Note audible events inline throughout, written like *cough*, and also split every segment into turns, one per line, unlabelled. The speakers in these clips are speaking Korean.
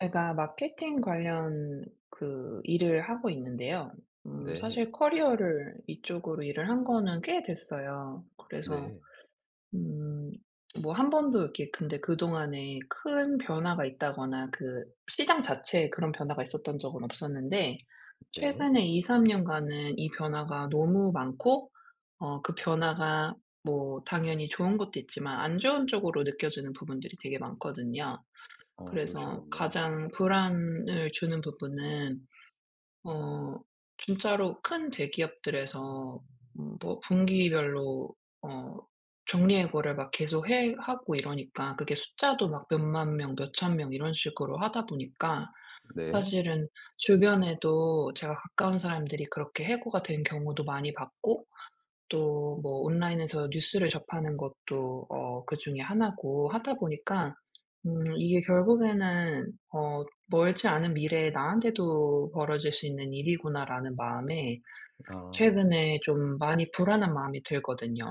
제가 마케팅 관련 그 일을 하고 있는데요.
네.
사실 커리어를 이쪽으로 일을 한 거는 꽤 됐어요. 그래서
네.
음 뭐 한 번도 이렇게 근데 그동안에 큰 변화가 있다거나 그 시장 자체에 그런 변화가 있었던 적은 없었는데,
네.
최근에 2-3 년간은 이 변화가 너무 많고, 그 변화가 뭐 당연히 좋은 것도 있지만 안 좋은 쪽으로 느껴지는 부분들이 되게 많거든요.
어
그래서
그러시군요.
가장 불안을 주는 부분은, 어 진짜로 큰 대기업들에서 뭐 분기별로 어 정리해고를 막 계속 해 하고 이러니까, 그게 숫자도 막 몇만 명, 몇천 명 이런 식으로 하다 보니까
네.
사실은 주변에도 제가 가까운 사람들이 그렇게 해고가 된 경우도 많이 봤고, 또 뭐 온라인에서 뉴스를 접하는 것도 그중에 하나고 하다 보니까, 이게 결국에는 어 '멀지 않은 미래에 나한테도 벌어질 수 있는 일이구나.'라는 마음에
아.
최근에 좀 많이 불안한 마음이 들거든요.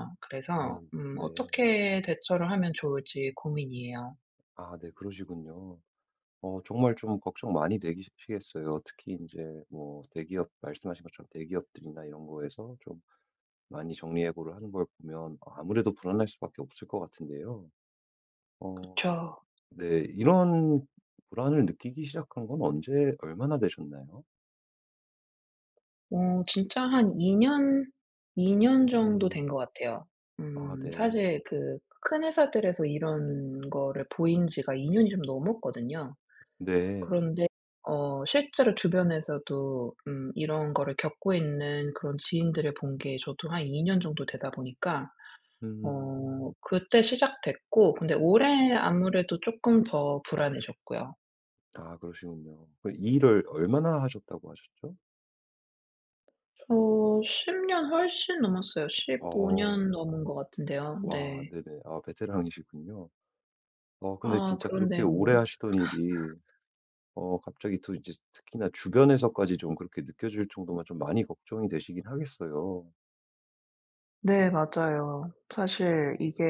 아
그래서
네.
어떻게 대처를 하면 좋을지 고민이에요.
아 네 그러시군요. 어 정말 좀 걱정 많이 되시겠어요. 특히 이제 뭐 대기업 말씀하신 것처럼 대기업들이나 이런 거에서 좀 많이 정리 해고를 하는 걸 보면 아무래도 불안할 수밖에 없을 것 같은데요. 어
그쵸.
네. 이런 불안을 느끼기 시작한 건 언제 얼마나 되셨나요?
진짜 한 2년이 년 정도
음.
된 것 같아요.
아 네.
사실 그 큰 회사들에서 이런 거를 보인 지가 2 년이 좀 넘었거든요.
네.
그런데 실제로 주변에서도 이런 거를 겪고 있는 그런 지인들을 본 게 저도 한 2년 정도 되다 보니까,
음.
그때 시작됐고, 근데 올해 아무래도 조금 더 불안해졌고요.
아 그러시군요. 그 이 일을 얼마나 하셨다고 하셨죠?
저 10년 훨씬 넘었어요. 15
어.
년 넘은 것 같은데요.
와
네.
네네. 아 베테랑이시군요. 어 근데
아
진짜 그렇게
그런데
오래
뭐,
하시던 일이 어 갑자기 또 이제 특히나 주변에서까지 좀 그렇게 느껴질 정도면 좀 많이 걱정이 되시긴 하겠어요.
네, 맞아요. 사실 이게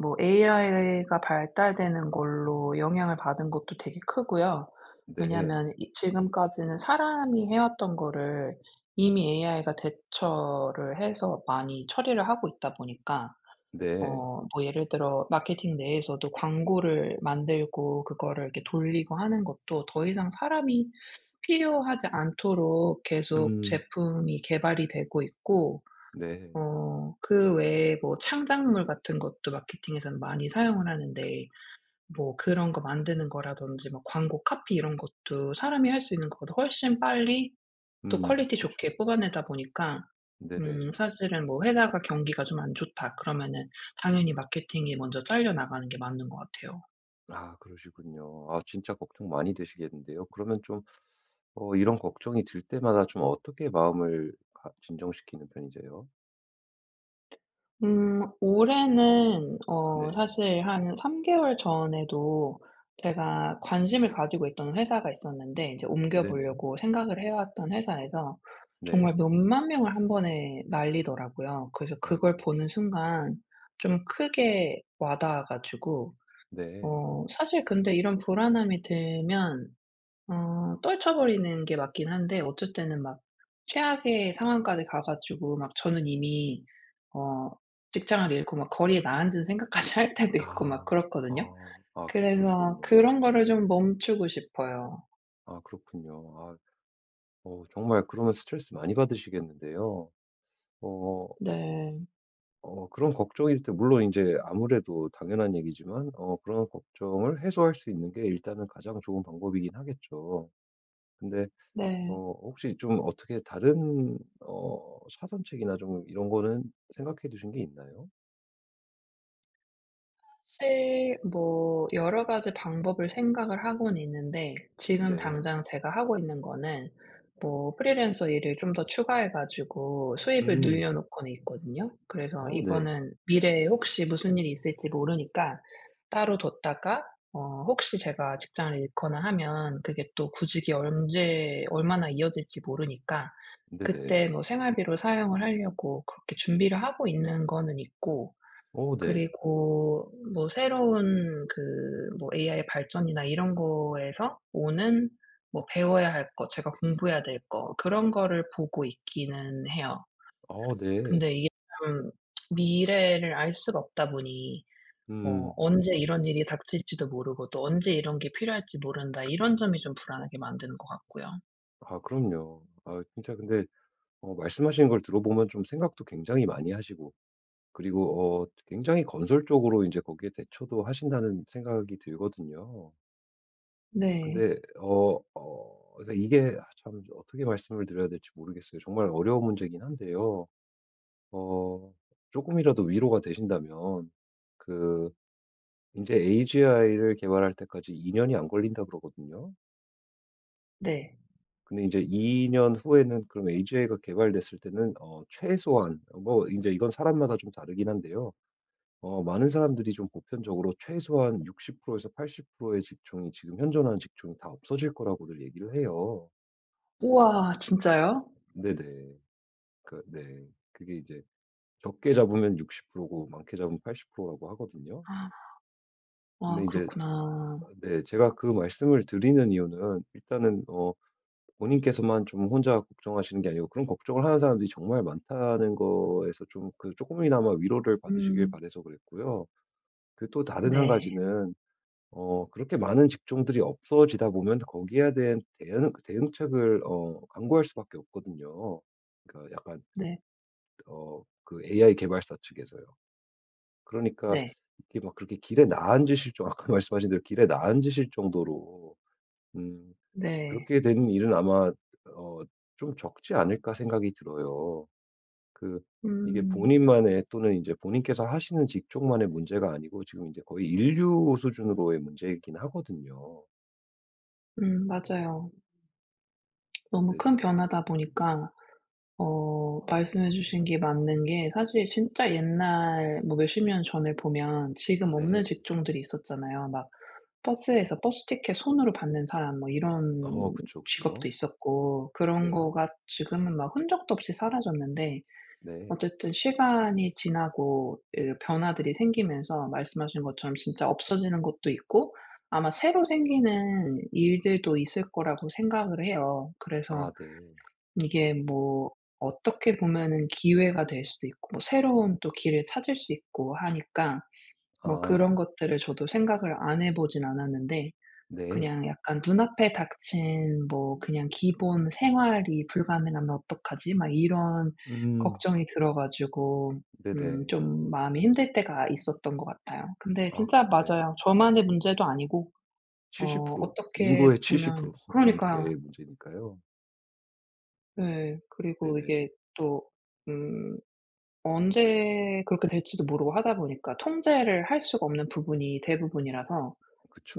뭐 AI가 발달되는 걸로 영향을 받은 것도 되게 크고요.
네.
왜냐하면 이 지금까지는 사람이 해왔던 거를 이미 AI가 대처를 해서 많이 처리를 하고 있다 보니까,
네.
뭐 예를 들어 마케팅 내에서도 광고를 만들고 그거를 이렇게 돌리고 하는 것도 더 이상 사람이 필요하지 않도록 계속
음.
제품이 개발이 되고 있고,
네.
그 외에 뭐 창작물 같은 것도 마케팅에서는 많이 사용을 하는데, 뭐 그런 거 만드는 거라든지 뭐 광고 카피 이런 것도 사람이 할 수 있는 것보다 훨씬 빨리, 또
음.
퀄리티
그쵸.
좋게 뽑아내다 보니까,
네네.
사실은 뭐 회사가 경기가 좀 안 좋다 그러면은 당연히 마케팅이 먼저 잘려 나가는 게 맞는 것 같아요.
아 그러시군요. 아 진짜 걱정 많이 되시겠는데요. 그러면 좀 어 이런 걱정이 들 때마다 좀 어떻게 마음을 가 진정시키는 편이세요?
올해는
네.
사실 한 3 개월 전에도 제가 관심을 가지고 있던 회사가 있었는데, 이제 옮겨
네네.
보려고 생각을 해 왔던 회사에서 정말
네.
몇만 명을 한 번에 날리더라고요. 그래서
아이고.
그걸 보는 순간 좀 크게 와 닿아 가지고,
네.
사실 근데 이런 불안함이 들면 떨쳐버리는 게 맞긴 한데, 어쩔 때는 막 최악의 상황까지 가 가지고 막 저는 이미 어 직장을 잃고 막 거리에 나앉은 생각까지 *laughs* 할 때도 있고 막
아.
그렇거든요.
아. 아
그래서
그러시군요.
그런
네.
거를 좀 멈추고 싶어요.
아 그렇군요. 아 어 정말 그러면 스트레스 많이 받으시겠는데요. 어
네.
어 그런 걱정일 때 물론 인제 아무래도 당연한 얘기지만 어 그런 걱정을 해소할 수 있는 게 일단은 가장 좋은 방법이긴 하겠죠. 근데 어
네.
혹시 좀 어떻게 다른 어 사전책이나 좀 이런 거는 생각해 두신 게 있나요?
사실 뭐 여러 가지 방법을 생각을 하고는 있는데, 지금
네.
당장 제가 하고 있는 거는 뭐 프리랜서 일을 좀 더 추가해 가지고 수입을 늘려
음.
놓고는 있거든요. 그래서
어 네.
이거는 미래에 혹시 무슨 일이 있을지 모르니까 따로 뒀다가, 혹시 제가 직장을 잃거나 하면 그게 또 구직이 언제 얼마나 이어질지 모르니까 그때
네네.
뭐 생활비로 사용을 하려고 그렇게 준비를 하고 있는 거는 있고,
어 네.
그리고 뭐 새로운 그 뭐 AI 발전이나 이런 거에서 오는 뭐 배워야 할 것, 제가 공부해야 될 거 그런 거를 보고 있기는 해요.
아 네.
근데 이게 참, 미래를 알 수가 없다 보니 뭐
음.
'언제 이런 일이 닥칠지도 모르고 또 언제 이런 게 필요할지 모른다.' 이런 점이 좀 불안하게 만드는 것 같고요.
아 그럼요. 아 진짜 근데 어 말씀하시는 걸 들어보면 좀 생각도 굉장히 많이 하시고, 그리고 어 굉장히 건설적으로 이제 거기에 대처도 하신다는 생각이 들거든요.
네.
근데 어 그러니까 이게 아 참 어떻게 말씀을 드려야 될지 모르겠어요. 정말 어려운 문제긴 한데요. 어 조금이라도 위로가 되신다면 그 이제 AGI를 개발할 때까지 2 년이 안 걸린다 그러거든요.
네.
근데 이제 이제2년 후에는 그럼 AGA 가 개발됐을 때는 어 최소한 뭐 이제 이건 사람마다 좀 다르긴 한데요. 어 많은 사람들이 좀 보편적으로 최소한 60% 에서 80%의 직종이 지금 현존하는 직종이 다 없어질 거라고들 얘기를 해요.
우와, 진짜요?
네네. 그 네. 그게 이제 적게 잡으면 60%고 많게 잡으면 80% 라고 하거든요. 근데
아
이제
그렇구나.
네 제가 그 말씀을 드리는 이유는 일단은 어 본인께서만 좀 혼자 걱정하시는 게 아니고 그런 걱정을 하는 사람들이 정말 많다는 거에서 좀 그 조금이나마 위로를 받으시길 바
음.
래서 그랬고요. 그 또 다른 한
네.
가지는 어 그렇게 많은 직종들이 없어지다 보면 거기에 대한 대응 그 대응책을 어 강구할 수밖에 없거든요. 그러니까 약간
네.
어 그 AI 개발사 측에서요. 그러니까
네.
이게 막 그렇게 길에 나앉으실 정 *laughs* 아까 말씀하신 대로 길에 나앉으실 정도로 음
네.
그렇게 되는 일은 아마 어 좀 적지 않을까 생각이 들어요. 그 이게
음.
본인만의 또는 이제 본인께서 하시는 직종만의 문제가 아니고 지금 이제 거의 인류 수준으로의 문제이긴 하거든요.
맞아요. 너무 큰
네네.
변화다 보니까, 말씀해 주신 게 맞는 게, 사실 진짜 옛날 뭐 몇십 년 전을 보면 지금 없는
네.
직종들이 있었잖아요. 막 버스에서 버스 티켓 손으로 받는 사람 뭐 이런
어 그쵸, 그쵸.
직업도 있었고, 그런
네.
거가 지금은 막 흔적도 없이 사라졌는데,
네.
어쨌든 시간이 지나고 그 변화들이 생기면서 말씀하신 것처럼 진짜 없어지는 것도 있고 아마 새로 생기는 일들도 있을 거라고 생각을 해요. 그래서
아 네.
이게 뭐, 어떻게 보면은 기회가 될 수도 있고 뭐 새로운 또 길을 찾을 수 있고 하니까, 뭐
아
그런 것들을 저도 생각을 안 해 보진 않았는데,
네.
그냥 약간 눈앞에 닥친 뭐 그냥 기본 생활이 불가능하면 어떡하지? 막 이런
음
걱정이 들어 가지고,
네네.
좀 마음이 힘들 때가 있었던 것 같아요. 근데
아
진짜
네.
맞아요. 저만의 문제도 아니고,
70%
어떻게
인구의
보면
70%
그러니까요.
넘게 문제니까요.
예. 그리고
네네.
이게 또 음 언제 그렇게 될지도 모르고 하다 보니까 통제를 할 수가 없는 부분이 대부분이라서,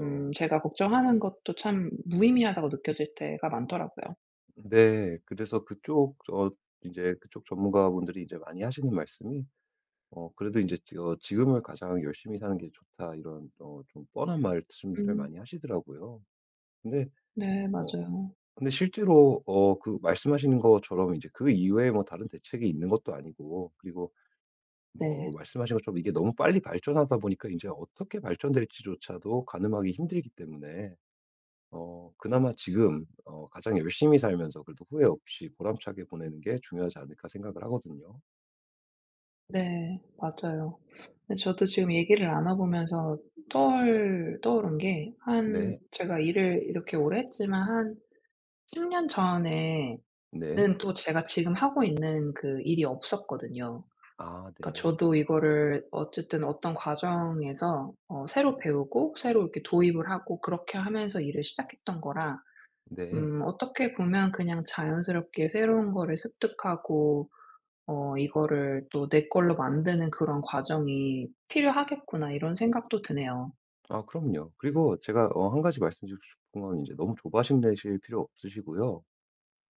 제가 걱정하는 것도 참 무의미하다고 느껴질 때가 많더라고요.
네. 그래서 그쪽 어 이제 그쪽 전문가분들이 이제 많이 하시는 말씀이 어 그래도 이제 지 어 "지금을 가장 열심히 사는 게 좋다." 이런 어 좀 뻔한 말씀들을
음.
많이 하시더라고요. 근데
네,
어
맞아요.
근데 실제로 어 그 말씀하시는 것처럼 이제 그 이외에 뭐 다른 대책이 있는 것도 아니고, 그리고 어
네.
말씀하신 것처럼 이게 너무 빨리 발전하다 보니까 이제 어떻게 발전될지조차도 가늠하기 힘들기 때문에 어 그나마 지금 어 가장 열심히 살면서 그래도 후회 없이 보람차게 보내는 게 중요하지 않을까 생각을 하거든요.
네, 맞아요. 근데 저도 지금 얘기를 나눠보면서 떠올 떠오른 게, 한
네.
제가 일을 이렇게 오래 했지만 한 10년 전에는
네.
또 제가 지금 하고 있는 그 일이 없었거든요.
아
그러니까
네.
저도 이거를 어쨌든 어떤 과정에서 새로 배우고 새로 이렇게 도입을 하고 그렇게 하면서 일을 시작했던 거라,
네.
어떻게 보면 그냥 자연스럽게 새로운 거를 습득하고 '이거를 또 내 걸로 만드는 그런 과정이 필요하겠구나.' 이런 생각도 드네요.
아 그럼요. 그리고 제가 어 한 가지 말씀드리고 싶은 건 이제 너무 조바심 내실 필요 없으시고요.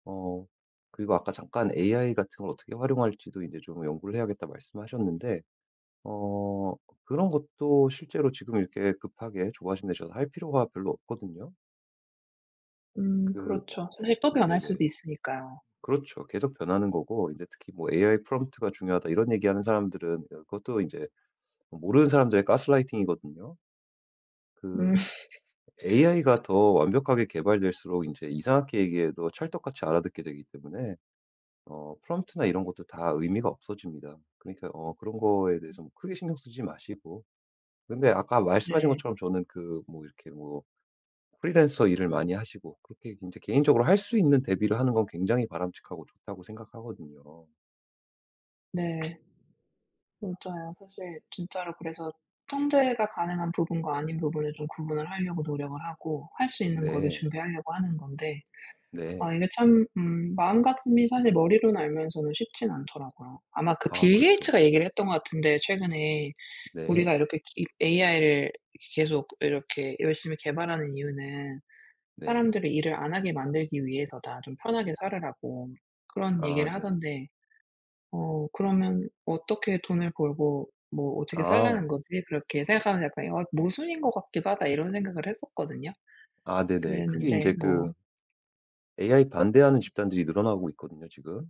어 그리고 아까 잠깐 AI 같은 걸 어떻게 활용할지도 이제 좀 연구를 해야겠다 말씀하셨는데 어 그런 것도 실제로 지금 이렇게 급하게 조바심 내셔서 할 필요가 별로 없거든요. 그
그렇죠. 사실 또 변할 수도
네네.
있으니까요.
그렇죠. 계속 변하는 거고 이제 특히 뭐 "AI 프롬프트가 중요하다." 이런 얘기하는 사람들은 어 그것도 이제 모르는 사람들의 가스라이팅이거든요.
음.
그
*laughs*
AI가 더 완벽하게 개발될수록 이제 이상하게 얘기해도 찰떡같이 알아듣게 되기 때문에 어 프롬프트나 이런 것도 다 의미가 없어집니다. 그러니까 어 그런 거에 대해서 뭐 크게 신경 쓰지 마시고, 근데 아까 말씀하신
네.
것처럼 저는 그 뭐 이렇게 뭐 프리랜서 일을 많이 하시고 그렇게 이제 개인적으로 할 수 있는 대비를 하는 건 굉장히 바람직하고 좋다고 생각하거든요.
네, 맞아요. 사실 진짜로, 그래서 통제가 가능한 부분과 아닌 부분을 좀 구분을 하려고 노력을 하고 할 수 있는 거를
네
준비하려고 하는 건데, 아
네.
이게 참, 마음가짐이 사실 머리로는 알면서는 쉽진 않더라고요. 아마 그
아
빌
그쵸.
게이츠가 얘기를 했던 것 같은데 최근에,
네.
우리가 이렇게 이 AI를 계속 이렇게 열심히 개발하는 이유는
네.
"사람들이 일을 안 하게 만들기 위해서다. 좀 편하게 살으라고." 그런
아
얘기를
네.
하던데, 그러면 어떻게 돈을 벌고 뭐 어떻게
아.
살라는 거지? 그렇게 생각하면 약간, '어 모순인 것 같기도 하다.' 이런 생각을 했었거든요.
아 네네. 그게
그랬는데
인제
뭐,
그 AI 반대하는 집단들이 늘어나고 있거든요 지금.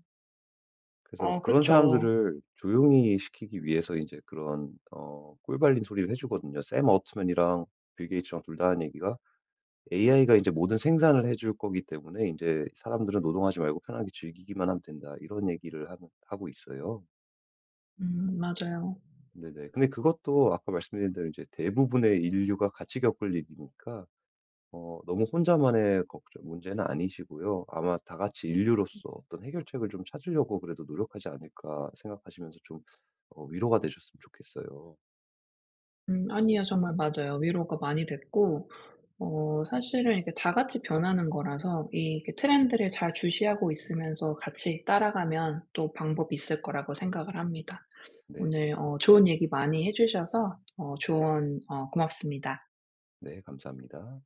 그래서 그런
그쵸.
사람들을 조용히 시키기 위해서 인제 그런 어 꿀발린 소리를 해 주거든요. 샘 올트먼이랑 빌 게이츠랑 둘 다한 얘기가 "AI가 인제 모든 생산을 해줄 거기 때문에 인제 사람들은 노동하지 말고 편하게 즐기기만 하면 된다." 이런 얘기를 하는 하고 있어요.
맞아요.
네네. 근데 그것도 아까 말씀드린 대로 인제 대부분의 인류가 같이 겪을 일이니까 어 너무 혼자만의 걱정 문제는 아니시고요. 아마 다 같이 인류로서 어떤 해결책을 좀 찾으려고 그래도 노력하지 않을까 생각하시면서 좀 어 위로가 되셨으면 좋겠어요.
아니요, 정말 맞아요. 위로가 많이 됐고, 사실은 이게 다 같이 변하는 거라서 이 이렇게 트렌드를 잘 주시하고 있으면서 같이 따라가면 또 방법이 있을 거라고 생각을 합니다.
네.
오늘 좋은 얘기 많이 해 주셔서 조언 고맙습니다.
네 감사합니다.